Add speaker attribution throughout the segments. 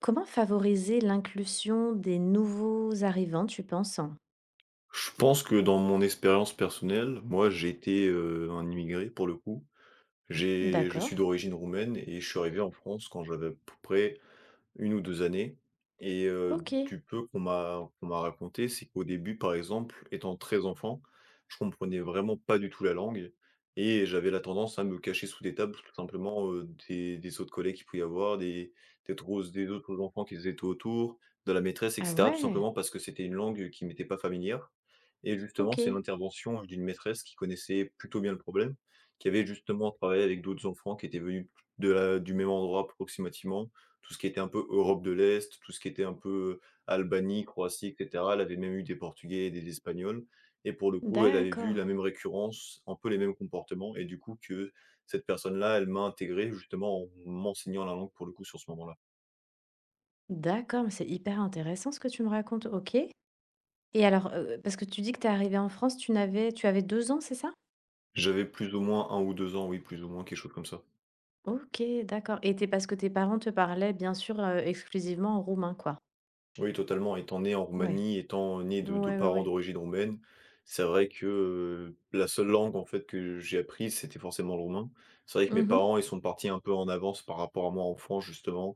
Speaker 1: Comment favoriser l'inclusion des nouveaux arrivants, tu penses?
Speaker 2: Je pense que dans mon expérience personnelle, moi j'ai été, un immigré pour le coup. J'ai je suis
Speaker 1: D'accord.
Speaker 2: d'origine roumaine et je suis arrivé en France quand j'avais à peu près une ou 2 années,
Speaker 1: OK.
Speaker 2: du peu qu'on m'a raconté, c'est qu'au début, par exemple, étant très enfant, je comprenais vraiment pas du tout la langue et j'avais la tendance à me cacher sous des tables, tout simplement, des autres collègues qu'il pouvait y avoir, des autres enfants qui étaient autour, de la maîtresse et
Speaker 1: Ah
Speaker 2: cetera, tout
Speaker 1: ouais.
Speaker 2: simplement parce que c'était une langue qui m'était pas familière. Et justement, c'est
Speaker 1: OK.
Speaker 2: l'intervention d'une maîtresse qui connaissait plutôt bien le problème, qui avait justement travaillé avec d'autres enfants qui étaient venus de la du même endroit approximativement, tout ce qui était un peu Europe de l'Est, tout ce qui était un peu Albanie, Croatie, et cetera. Elle avait même eu des Portugais et des Espagnols et pour le coup, elle avait vu
Speaker 1: D'accord.
Speaker 2: la même récurrence, un peu les mêmes comportements, et du coup que cette personne-là, elle m'a intégré justement en m'enseignant la langue pour le coup sur ce moment-là.
Speaker 1: D'accord, mais c'est hyper intéressant ce que tu me racontes. OK. Et alors, parce que tu dis que tu es arrivée en France, tu avais 2 ans, c'est ça?
Speaker 2: J'avais plus ou moins un ou 2 ans, oui, plus ou moins quelque chose comme ça.
Speaker 1: OK, d'accord. Et tu parce que tes parents te parlaient bien sûr, exclusivement en roumain, quoi?
Speaker 2: Oui, totalement. Étant né en
Speaker 1: Ouais.
Speaker 2: Roumanie, étant né de 2
Speaker 1: Ouais, ouais,
Speaker 2: parents
Speaker 1: ouais.
Speaker 2: d'origine roumaine, c'est vrai que, la seule langue, en fait, que j'ai apprise, c'était forcément le roumain. C'est vrai que mes
Speaker 1: Mmh.
Speaker 2: parents, ils sont partis un peu en avance par rapport à moi, en France justement.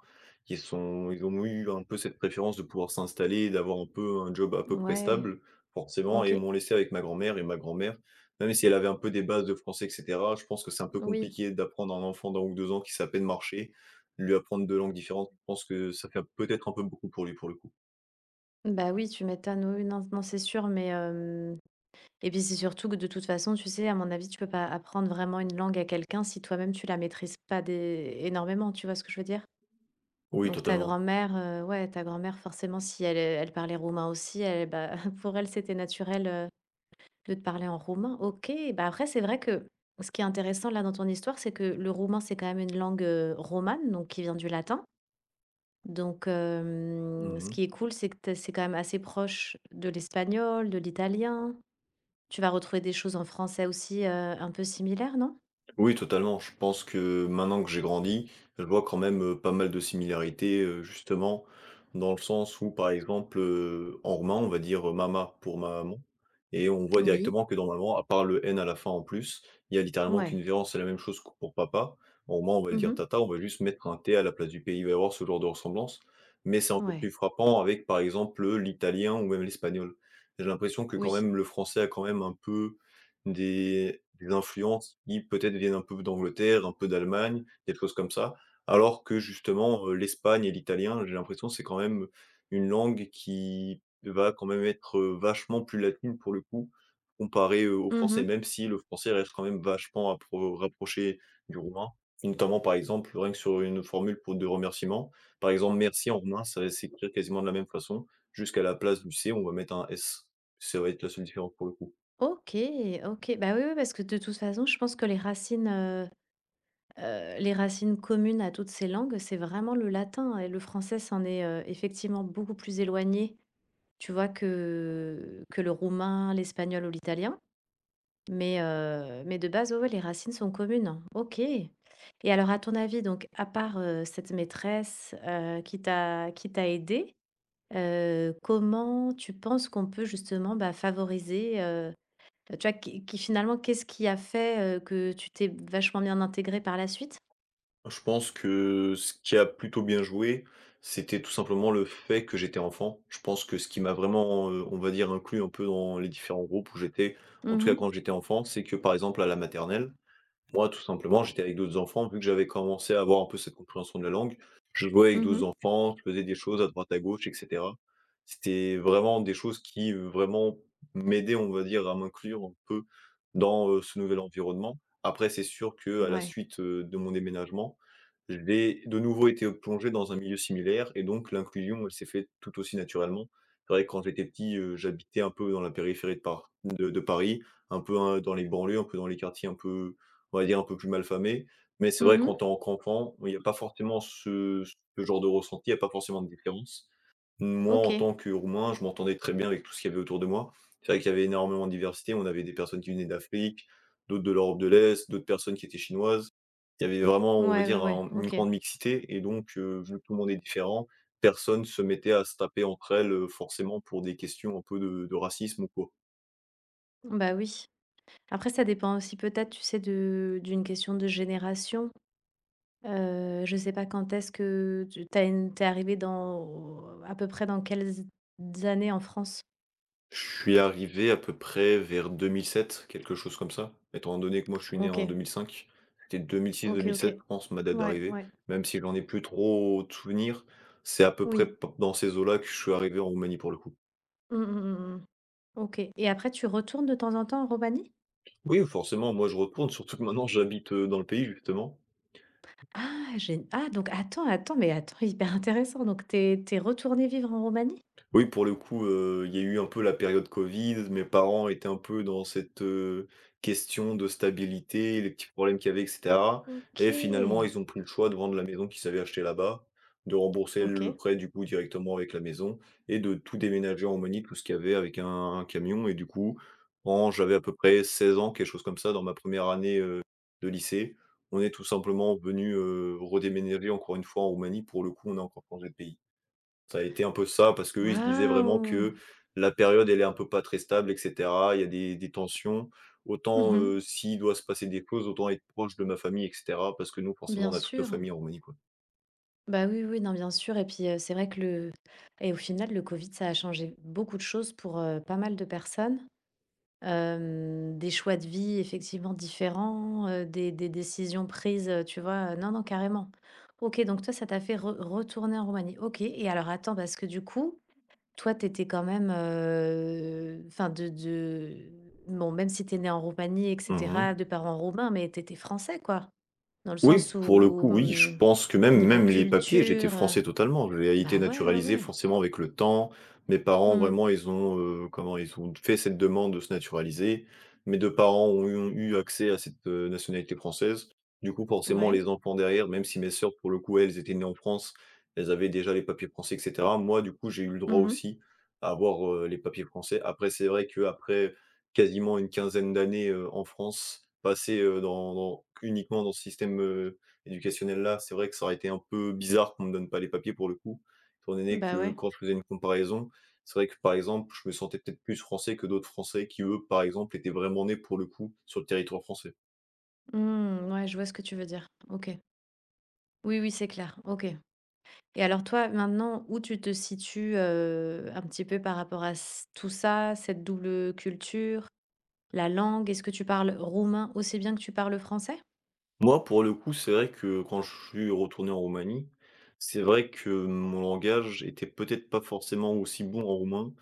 Speaker 2: Ils ont eu un peu cette préférence de pouvoir s'installer et d'avoir un peu un job à peu près
Speaker 1: Ouais.
Speaker 2: stable, forcément, et ils
Speaker 1: OK.
Speaker 2: m'ont laissé avec ma grand-mère. Et ma grand-mère, même si elle avait un peu des bases de français et cetera, je pense que c'est un peu
Speaker 1: Oui.
Speaker 2: compliqué d'apprendre à un enfant d'un ou 2 ans qui sait à peine marcher, lui apprendre 2 langues différentes, je pense que ça fait peut-être un peu beaucoup pour lui, pour le coup.
Speaker 1: Bah oui, tu m'étonnes. Oui, oui, non, non, c'est sûr, mais hem et puis c'est surtout que de toute façon, tu sais, à mon avis, tu peux pas apprendre vraiment une langue à quelqu'un si toi-même tu la maîtrises pas énormément, tu vois ce que je veux dire?
Speaker 2: Oui,
Speaker 1: Donc ta
Speaker 2: totalement.
Speaker 1: grand-mère, ouais, ta grand-mère, forcément, si elle, elle parlait roumain aussi, elle, bah, pour elle, c'était naturel de te parler en roumain. Ok, bah après, c'est vrai que ce qui est intéressant là dans ton histoire, c'est que le roumain, c'est quand même une langue romane, donc qui vient du latin. Donc, ce
Speaker 2: Mmh.
Speaker 1: qui est cool, c'est que c'est quand même assez proche de l'espagnol, de l'italien. Tu vas retrouver des choses en français aussi, un peu similaires, non?
Speaker 2: Oui, totalement. Je pense que maintenant que j'ai grandi, je vois quand même, pas mal de similarités, justement, dans le sens où, par exemple, en roumain, on va dire, mama pour maman, et on voit
Speaker 1: Oui.
Speaker 2: directement que dans maman, à part le n à la fin en plus, il y a littéralement qu'une
Speaker 1: Ouais.
Speaker 2: différence. C'est la même chose que pour papa. En roumain, on va le dire
Speaker 1: Mmh.
Speaker 2: tata, on va juste mettre un t à la place du p. Il va y avoir ce genre de ressemblance, mais c'est encore
Speaker 1: Ouais.
Speaker 2: plus frappant avec, par exemple, l'italien ou même l'espagnol. J'ai l'impression que quand
Speaker 1: Oui.
Speaker 2: même le français a quand même un peu des influences qui peut-être viennent un peu d'Angleterre, un peu d'Allemagne, des choses comme ça. Alors que justement, l'espagne et l'italien, j'ai l'impression, c'est quand même une langue qui va quand même être, vachement plus latine pour le coup, comparé, au français,
Speaker 1: Mmh.
Speaker 2: même si le français reste quand même vachement appro rapproché du roumain, et notamment, par exemple, rien que sur une formule pour de remerciement. Par exemple, merci en roumain, ça va s'écrire quasiment de la même façon, jusqu'à la place du C, on va mettre un S. Ça va être la seule différence pour le coup.
Speaker 1: OK, OK. Bah, oui, oui, parce que de toute façon, je pense que les racines communes à toutes ces langues, c'est vraiment le latin, et le français s'en est, effectivement beaucoup plus éloigné, tu vois, que le roumain, l'espagnol ou l'italien. Mais de base, ouais, ouais, les racines sont communes, hein. OK, et alors à ton avis, donc à part, cette maîtresse, qui t'a aidé, comment tu penses qu'on peut justement, bah, favoriser, tu vois, qui finalement, qu'est-ce qui a fait, que tu t'es vachement bien intégré par la suite?
Speaker 2: Je pense que ce qui a plutôt bien joué, c'était tout simplement le fait que j'étais enfant. Je pense que ce qui m'a vraiment, on va dire, inclus un peu dans les différents groupes où j'étais,
Speaker 1: Mhm,
Speaker 2: en tout cas
Speaker 1: mhm.
Speaker 2: quand j'étais enfant, c'est que, par exemple, à la maternelle, moi, tout simplement, j'étais avec d'autres enfants, vu que j'avais commencé à avoir un peu cette compréhension de la langue, je jouais avec d'autres enfants, je faisais des choses à droite à gauche et cetera. C'était vraiment des choses qui, vraiment m'aidaient, on va dire, à m'inclure un peu dans, ce nouvel environnement. Après, c'est sûr que à la
Speaker 1: Ouais.
Speaker 2: suite, de mon déménagement, j'ai de nouveau été plongé dans un milieu similaire et donc l'inclusion, elle s'est faite tout aussi naturellement. C'est vrai que quand j'étais petit, j'habitais un peu dans la périphérie de Paris, un peu, hein, dans les banlieues, un peu dans les quartiers un peu, on va dire un peu plus malfamé. Mais c'est vrai, qu'en
Speaker 1: Mhm.
Speaker 2: tant qu'enfant, bon, il n'y a pas forcément ce genre de ressenti, il n'y a pas forcément de différence. Moi, en
Speaker 1: OK.
Speaker 2: tant que Roumain, je m'entendais très bien avec tout ce qu'il y avait autour de moi. C'est vrai qu'il y avait énormément de diversité. On avait des personnes qui venaient d'Afrique, d'autres de l'Europe de l'Est, d'autres personnes qui étaient chinoises. Il y avait vraiment, on va
Speaker 1: Ouais, ouais,
Speaker 2: dire,
Speaker 1: ouais.
Speaker 2: un une
Speaker 1: OK.
Speaker 2: grande mixité, et donc vu que tout le monde est différent, personne se mettait à se taper entre elles, forcément pour des questions un peu de racisme ou quoi.
Speaker 1: Bah, oui. Après ça dépend aussi peut-être, tu sais, de d'une question de génération. Je sais pas quand est-ce que tu es arrivée dans à peu près dans quelles années en France?
Speaker 2: Je suis arrivé à peu près vers 2007, quelque chose comme ça. Étant donné que moi je suis né en
Speaker 1: OK,
Speaker 2: 2005, c'était
Speaker 1: OK,
Speaker 2: 2006-2007,
Speaker 1: OK.
Speaker 2: je pense, ma date
Speaker 1: Ouais,
Speaker 2: d'arrivée.
Speaker 1: ouais,
Speaker 2: Même si j'en ai plus trop de souvenirs, c'est à peu près
Speaker 1: oui.
Speaker 2: dans ces eaux-là que je suis arrivé en Roumanie pour le coup.
Speaker 1: Mmh mh, mmh mh. OK, et après tu retournes de temps en temps en Roumanie?
Speaker 2: Oui, forcément, moi je retourne, surtout que maintenant j'habite dans le pays justement.
Speaker 1: Ah j'ai. Ah donc attends, attends, mais attends, hyper intéressant, donc t'es retourné vivre en Roumanie?
Speaker 2: Oui, pour le coup, il y a eu un peu la période covid. Mes parents étaient un peu dans cette, question de stabilité, les petits problèmes qu'il y avait et cetera, et finalement,
Speaker 1: OK,
Speaker 2: ils ont pris le choix de vendre la maison qu'ils avaient achetée là-bas, de rembourser le
Speaker 1: OK.
Speaker 2: prêt, du coup, directement avec la maison, et de tout déménager en Roumanie, tout ce qu'il y avait avec un camion. Et du coup, quand j'avais à peu près 16 ans, quelque chose comme ça, dans ma première année, de lycée, on est tout simplement venu redéménager encore une fois en Roumanie. Pour le coup, on a encore changé de pays. Ça a été un peu ça, parce qu'eux, ils se disaient vraiment
Speaker 1: Waouh!
Speaker 2: que la période, elle est un peu pas très stable et cetera. Il y a des tensions. Autant,
Speaker 1: Mmh.
Speaker 2: s'il doit se passer des choses, autant être proche de ma famille et cetera, parce que nous, forcément,
Speaker 1: Bien
Speaker 2: on a toute nos
Speaker 1: sûr.
Speaker 2: familles en Roumanie, quoi.
Speaker 1: Bah, oui, oui, non, bien sûr, et puis, c'est vrai que le et au final, le covid, ça a changé beaucoup de choses pour, pas mal de personnes. Hem, des choix de vie effectivement différents, des décisions prises, tu vois? Non, non, carrément. OK, donc toi, ça t'a fait re retourner en Roumanie. OK, et alors attends, parce que du coup, toi, t'étais quand même, enfin de bon, même si t'es né en Roumanie et cetera,
Speaker 2: Mmh.
Speaker 1: de parents roumains, mais t'étais français, quoi? Dans le
Speaker 2: Oui,
Speaker 1: sens
Speaker 2: pour le
Speaker 1: où,
Speaker 2: coup, oui, je
Speaker 1: mmh,
Speaker 2: pense que même
Speaker 1: niveau
Speaker 2: même les papiers, j'étais
Speaker 1: culture,
Speaker 2: français totalement. J'ai
Speaker 1: bah,
Speaker 2: été
Speaker 1: ouais, ouais,
Speaker 2: naturalisé
Speaker 1: ouais.
Speaker 2: forcément avec le temps. Mes parents,
Speaker 1: Mmh.
Speaker 2: vraiment, ils ont, comment? Ils ont fait cette demande de se naturaliser. Mes 2 parents ont eu accès à cette, nationalité française. Du coup, forcément,
Speaker 1: Ouais.
Speaker 2: les enfants derrière, même si mes sœurs, pour le coup, elles étaient nées en France, elles avaient déjà les papiers français et cetera. Moi, du coup, j'ai eu le droit
Speaker 1: Mmh.
Speaker 2: aussi à avoir, les papiers français. Après, c'est vrai qu'après, quasiment une quinzaine d'années, en France, passées, dans uniquement dans ce système, éducationnel-là, c'est vrai que ça aurait été un peu bizarre qu'on me donne pas les papiers pour le coup, étant donné
Speaker 1: Bah,
Speaker 2: que
Speaker 1: ouais.
Speaker 2: quand je faisais une comparaison, c'est vrai que, par exemple, je me sentais peut-être plus français que d'autres Français qui, eux, par exemple, étaient vraiment nés pour le coup sur le territoire français.
Speaker 1: Mmh, ouais, je vois ce que tu veux dire. OK. Oui, oui, c'est clair. OK. Et alors toi, maintenant, où tu te situes, un petit peu par rapport à s tout ça, cette double culture, la langue? Est-ce que tu parles roumain aussi bien que tu parles français?
Speaker 2: Moi, pour le coup, c'est vrai que quand je suis retourné en Roumanie, c'est vrai que mon langage était peut-être pas forcément aussi bon en roumain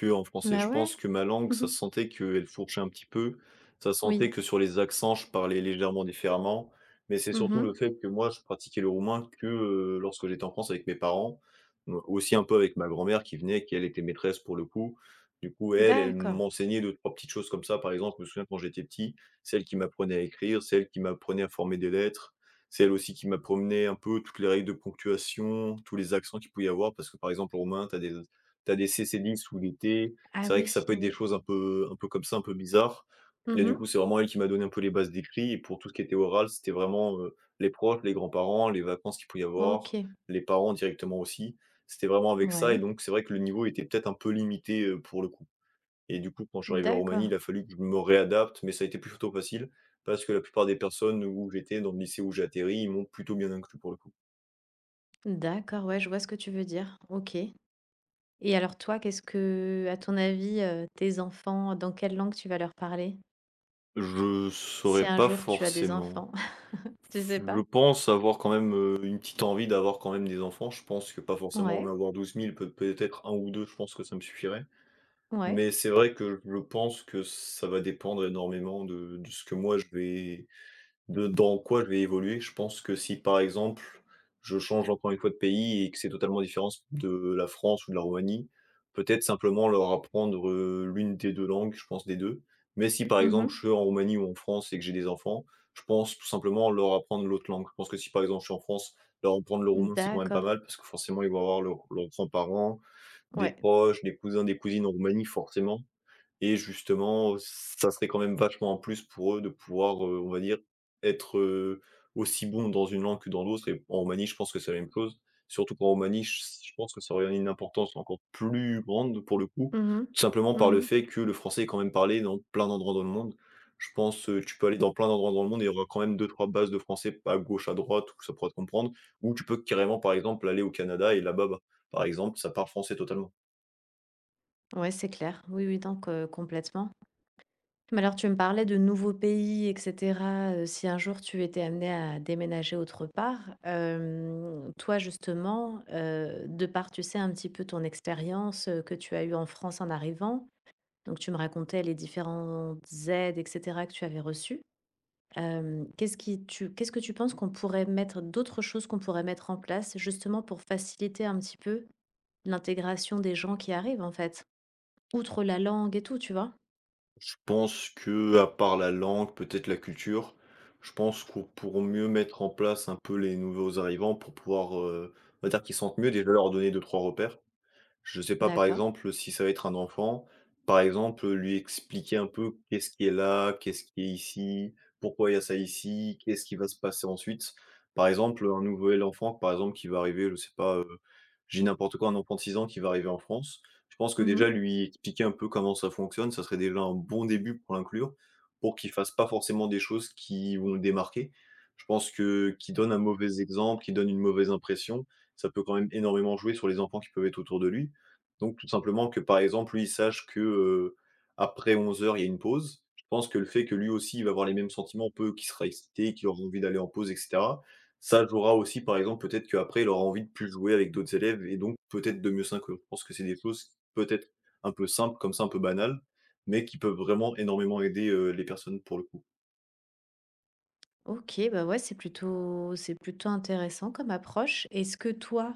Speaker 2: qu'en français.
Speaker 1: Bah,
Speaker 2: Je pense
Speaker 1: ouais.
Speaker 2: que ma langue,
Speaker 1: Mmh.
Speaker 2: ça se sentait qu'elle fourchait un petit peu. Ça se
Speaker 1: Oui.
Speaker 2: sentait que sur les accents, je parlais légèrement différemment. Mais c'est surtout
Speaker 1: Mmh.
Speaker 2: le fait que moi, je pratiquais le roumain que lorsque j'étais en France avec mes parents, mais aussi un peu avec ma grand-mère qui venait, qui elle était maîtresse pour le coup. Du coup, elle, elle
Speaker 1: D'accord.
Speaker 2: m'enseignait deux, trois petites choses comme ça. Par exemple, je me souviens quand j'étais petit, celle qui m'apprenait à écrire, celle qui m'apprenait à former des lettres, celle aussi qui m'apprenait un peu toutes les règles de ponctuation, tous les accents qu'il pouvait y avoir. Parce que par exemple, en roumain, t'as des c 10 ou des T.
Speaker 1: Ah
Speaker 2: C'est vrai que ça
Speaker 1: oui,
Speaker 2: peut être des
Speaker 1: oui.
Speaker 2: choses un peu comme ça, un peu bizarres. Et du
Speaker 1: Mmh.
Speaker 2: coup, c'est vraiment elle qui m'a donné un peu les bases d'écrit. Et pour tout ce qui était oral, c'était vraiment les proches, les grands-parents, les vacances qu'il pouvait y avoir,
Speaker 1: OK.
Speaker 2: les parents directement aussi. C'était vraiment avec ça. Et
Speaker 1: Ouais.
Speaker 2: donc, c'est vrai que le niveau était peut-être un peu limité, pour le coup. Et du coup, quand je suis arrivé en Roumanie,
Speaker 1: D'accord.
Speaker 2: il a fallu que je me réadapte, mais ça a été plutôt facile parce que la plupart des personnes où j'étais, dans le lycée où j'ai atterri, ils m'ont plutôt bien inclus pour le coup.
Speaker 1: D'accord, ouais, je vois ce que tu veux dire. OK. Et alors toi, qu'est-ce que, à ton avis, tes enfants, dans quelle langue tu vas leur parler?
Speaker 2: Je
Speaker 1: Si
Speaker 2: saurais
Speaker 1: un
Speaker 2: pas
Speaker 1: jour tu as des
Speaker 2: forcément.
Speaker 1: enfants, tu sais
Speaker 2: Je
Speaker 1: pas?
Speaker 2: pense avoir quand même, une petite envie d'avoir quand même des enfants. Je pense que pas forcément en
Speaker 1: Ouais,
Speaker 2: avoir 12 000, peut-être un ou 2. Je pense que ça me suffirait.
Speaker 1: ouais.
Speaker 2: Mais c'est vrai que je pense que ça va dépendre énormément de ce que moi je vais, de dans quoi je vais évoluer. Je pense que si, par exemple, je change encore une fois de pays et que c'est totalement différent de la France ou de la Roumanie, peut-être simplement leur apprendre, l'une des 2 langues, je pense des 2. Mais si, par exemple, je
Speaker 1: Mmh.
Speaker 2: suis en Roumanie ou en France et que j'ai des enfants, je pense tout simplement leur apprendre l'autre langue. Je pense que si, par exemple, je suis en France, leur apprendre le roumain, c'est quand même pas
Speaker 1: D'accord.
Speaker 2: mal parce que forcément, ils vont avoir leurs grands-parents, des
Speaker 1: Ouais.
Speaker 2: proches, des cousins, des cousines en Roumanie, forcément. Et justement, ça serait quand même vachement en plus pour eux de pouvoir, on va dire, être, aussi bon dans une langue que dans l'autre et en Roumanie, je pense que c'est la même chose. Surtout qu'en Roumanie, je pense que ça aurait une importance encore plus grande pour le coup,
Speaker 1: Mmh mh.
Speaker 2: tout simplement par le
Speaker 1: Mmh.
Speaker 2: fait que le français est quand même parlé dans plein d'endroits dans le monde. Je pense, tu peux aller dans plein d'endroits dans le monde et il y aura quand même deux trois bases de français à gauche, à droite où ça pourra te comprendre, ou tu peux carrément, par exemple, aller au Canada et là-bas, bah, par exemple, ça parle français totalement.
Speaker 1: Ouais, c'est clair. Oui, oui, donc complètement. Mais alors tu me parlais de nouveaux pays et cetera, si un jour tu étais amené à déménager autre part, hem, toi justement, de par, tu sais, un petit peu ton expérience, que tu as eue en France en arrivant, donc tu me racontais les différentes aides, et cetera, que tu avais reçues. Hem, qu'est-ce que tu penses qu'on pourrait mettre, d'autres choses qu'on pourrait mettre en place, justement, pour faciliter un petit peu l'intégration des gens qui arrivent, en fait? Outre la langue et tout, tu vois?
Speaker 2: Je pense que, à part la langue, peut-être la culture, je pense qu'on pour mieux mettre en place un peu les nouveaux arrivants pour pouvoir, on va dire qu'ils sentent mieux, déjà leur donner deux trois repères. Je sais pas, par
Speaker 1: D'accord.
Speaker 2: exemple, si ça va être un enfant, par exemple, lui expliquer un peu qu'est-ce qui est là, qu'est-ce qui est ici, pourquoi il y a ça ici, qu'est-ce qui va se passer ensuite. Par exemple, un nouvel enfant, par exemple, qui va arriver, je sais pas, je n'importe quoi, un enfant de 6 ans qui va arriver en France, je pense que
Speaker 1: Mmh.
Speaker 2: déjà lui expliquer un peu comment ça fonctionne, ça serait déjà un bon début pour l'inclure, pour qu'il fasse pas forcément des choses qui vont le démarquer. Je pense que qui donne un mauvais exemple, qui donne une mauvaise impression, ça peut quand même énormément jouer sur les enfants qui peuvent être autour de lui donc tout simplement que, par exemple, lui, il sache que, après 11 heures il y a une pause. Je pense que le fait que lui aussi, il va avoir les mêmes sentiments, peu, qu'il sera excité, qu'il aura envie d'aller en pause et cetera. Ça jouera aussi, par exemple, peut-être qu'après, il aura envie de plus jouer avec d'autres élèves et donc peut-être de mieux s'inclure. Je pense que c'est des choses, peut-être, un peu simples comme ça, un peu banales, mais qui peuvent vraiment énormément aider, les personnes pour le coup.
Speaker 1: OK, bah, ouais, c'est plutôt intéressant comme approche. Est-ce que toi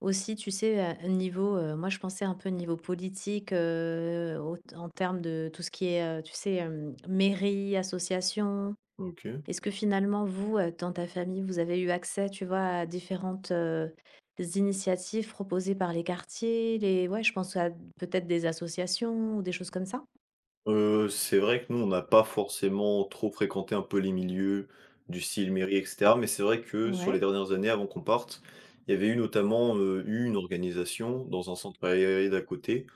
Speaker 1: aussi, tu sais, à niveau, moi je pensais un peu niveau politique, au en termes de tout ce qui est, tu sais, hem, mairie, association,
Speaker 2: OK.
Speaker 1: est-ce que finalement vous, dans ta famille, vous avez eu accès, tu vois, à différentes, initiatives proposées par les quartiers, les, ouais, je pense à peut-être des associations ou des choses comme ça?
Speaker 2: C'est vrai que nous, on n'a pas forcément trop fréquenté un peu les milieux du style mairie et cetera, mais c'est vrai que sur les
Speaker 1: Ouais.
Speaker 2: dernières années avant qu'on parte, il y avait eu notamment, eu une organisation dans un centre aéré d'à côté.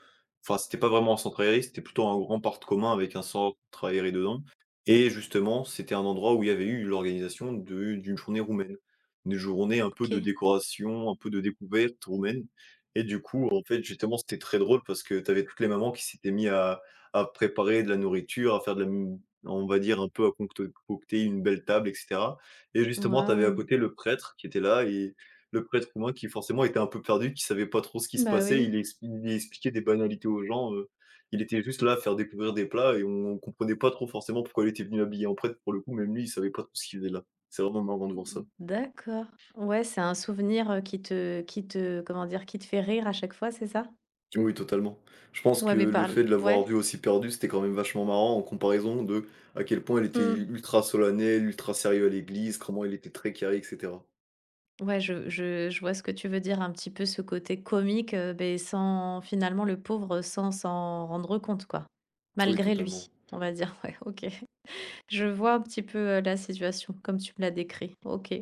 Speaker 2: Enfin, c'était pas vraiment un centre aéré, c'était plutôt un grand parc commun avec un centre aéré dedans et justement, c'était un endroit où il y avait eu l'organisation de d'une journée roumaine. Une journée un peu de
Speaker 1: OK.
Speaker 2: décoration, un peu de découverte roumaine et du coup, en fait, justement, c'était très drôle parce que tu avais toutes les mamans qui s'étaient mis à préparer de la nourriture, à faire de la m on va dire un peu à concte concocter une belle table et cetera et justement, tu avais à
Speaker 1: Waouh!
Speaker 2: côté le prêtre qui était là et le prêtre romain qui forcément était un peu perdu, qui savait pas trop ce qui se
Speaker 1: Bah
Speaker 2: passait.
Speaker 1: oui.
Speaker 2: Il expliquait des banalités aux gens, il était juste là à faire découvrir des plats et on comprenait pas trop forcément pourquoi il était venu habillé en prêtre pour le coup, même lui, il savait pas trop ce qu'il faisait là. C'est vraiment marrant de voir ça.
Speaker 1: D'accord. Ouais, c'est un souvenir, qui te, comment dire? Qui te fait rire à chaque fois, c'est ça?
Speaker 2: Oui, totalement. Je pense
Speaker 1: Ouais,
Speaker 2: que
Speaker 1: mais
Speaker 2: le
Speaker 1: parle.
Speaker 2: fait de
Speaker 1: Ouais.
Speaker 2: l'avoir vu aussi perdu, c'était quand même vachement marrant en comparaison de à quel point il était
Speaker 1: Mmh.
Speaker 2: ultra solennel, ultra sérieux à l'église, comment il était très carré, et cetera.
Speaker 1: Ouais, je vois ce que tu veux dire, un petit peu ce côté comique, beh, sans finalement, le pauvre, sans s'en rendre compte, quoi.
Speaker 2: Oui,
Speaker 1: Malgré lui,
Speaker 2: totalement.
Speaker 1: on va dire, ouais, OK. Je vois un petit peu, la situation comme tu me l'as décrit, OK.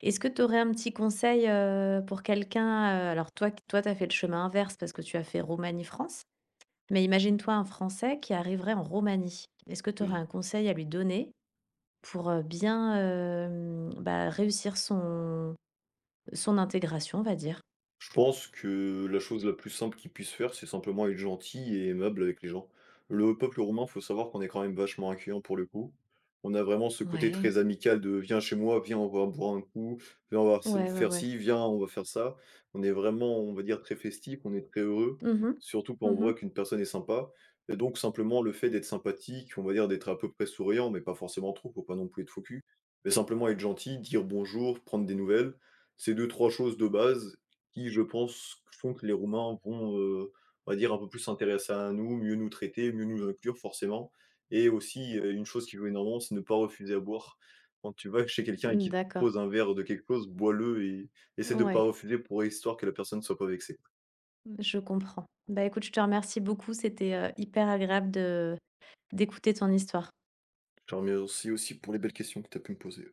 Speaker 1: Est-ce que tu aurais un petit conseil, pour quelqu'un, toi, tu as fait le chemin inverse parce que tu as fait Roumanie-France, mais imagine-toi un Français qui arriverait en Roumanie. Est-ce que tu aurais
Speaker 2: Oui.
Speaker 1: un conseil à lui donner pour, bien, hem, bah, réussir son son intégration, on va dire?
Speaker 2: Je pense que la chose la plus simple qu'ils puissent faire, c'est simplement être gentil et aimable avec les gens. Le peuple roumain, faut savoir qu'on est quand même vachement accueillant pour le coup. On a vraiment ce côté
Speaker 1: Ouais,
Speaker 2: très amical de «Viens chez moi, viens, on va boire un coup, viens, on va s
Speaker 1: ouais, ouais,
Speaker 2: faire
Speaker 1: ouais.
Speaker 2: ci, viens, on va faire ça». On est vraiment, on va dire, très festif, on est très heureux,
Speaker 1: Mhm,
Speaker 2: surtout quand on voit
Speaker 1: mhm.
Speaker 2: qu'une personne est sympa et donc simplement le fait d'être sympathique, on va dire d'être à peu près souriant, mais pas forcément trop, faut pas non plus être faux cul, mais simplement être gentil, dire bonjour, prendre des nouvelles. C'est deux trois choses de base qui, je pense, font que les Roumains vont, on va dire, un peu plus s'intéresser à nous, mieux nous traiter, mieux nous inclure forcément et aussi, une chose qui joue énormément, c'est ne pas refuser à boire. Quand tu vas chez quelqu'un et qu'il te
Speaker 1: D'accord.
Speaker 2: propose un verre de quelque chose, bois-le et essaie de ne pas
Speaker 1: Ouais,
Speaker 2: refuser pour histoire que la personne ne soit pas vexée.
Speaker 1: je comprends. Bah, écoute, je te remercie beaucoup. C'était, hyper agréable de d'écouter ton histoire.
Speaker 2: Je te remercie aussi pour les belles questions que tu as pu me poser.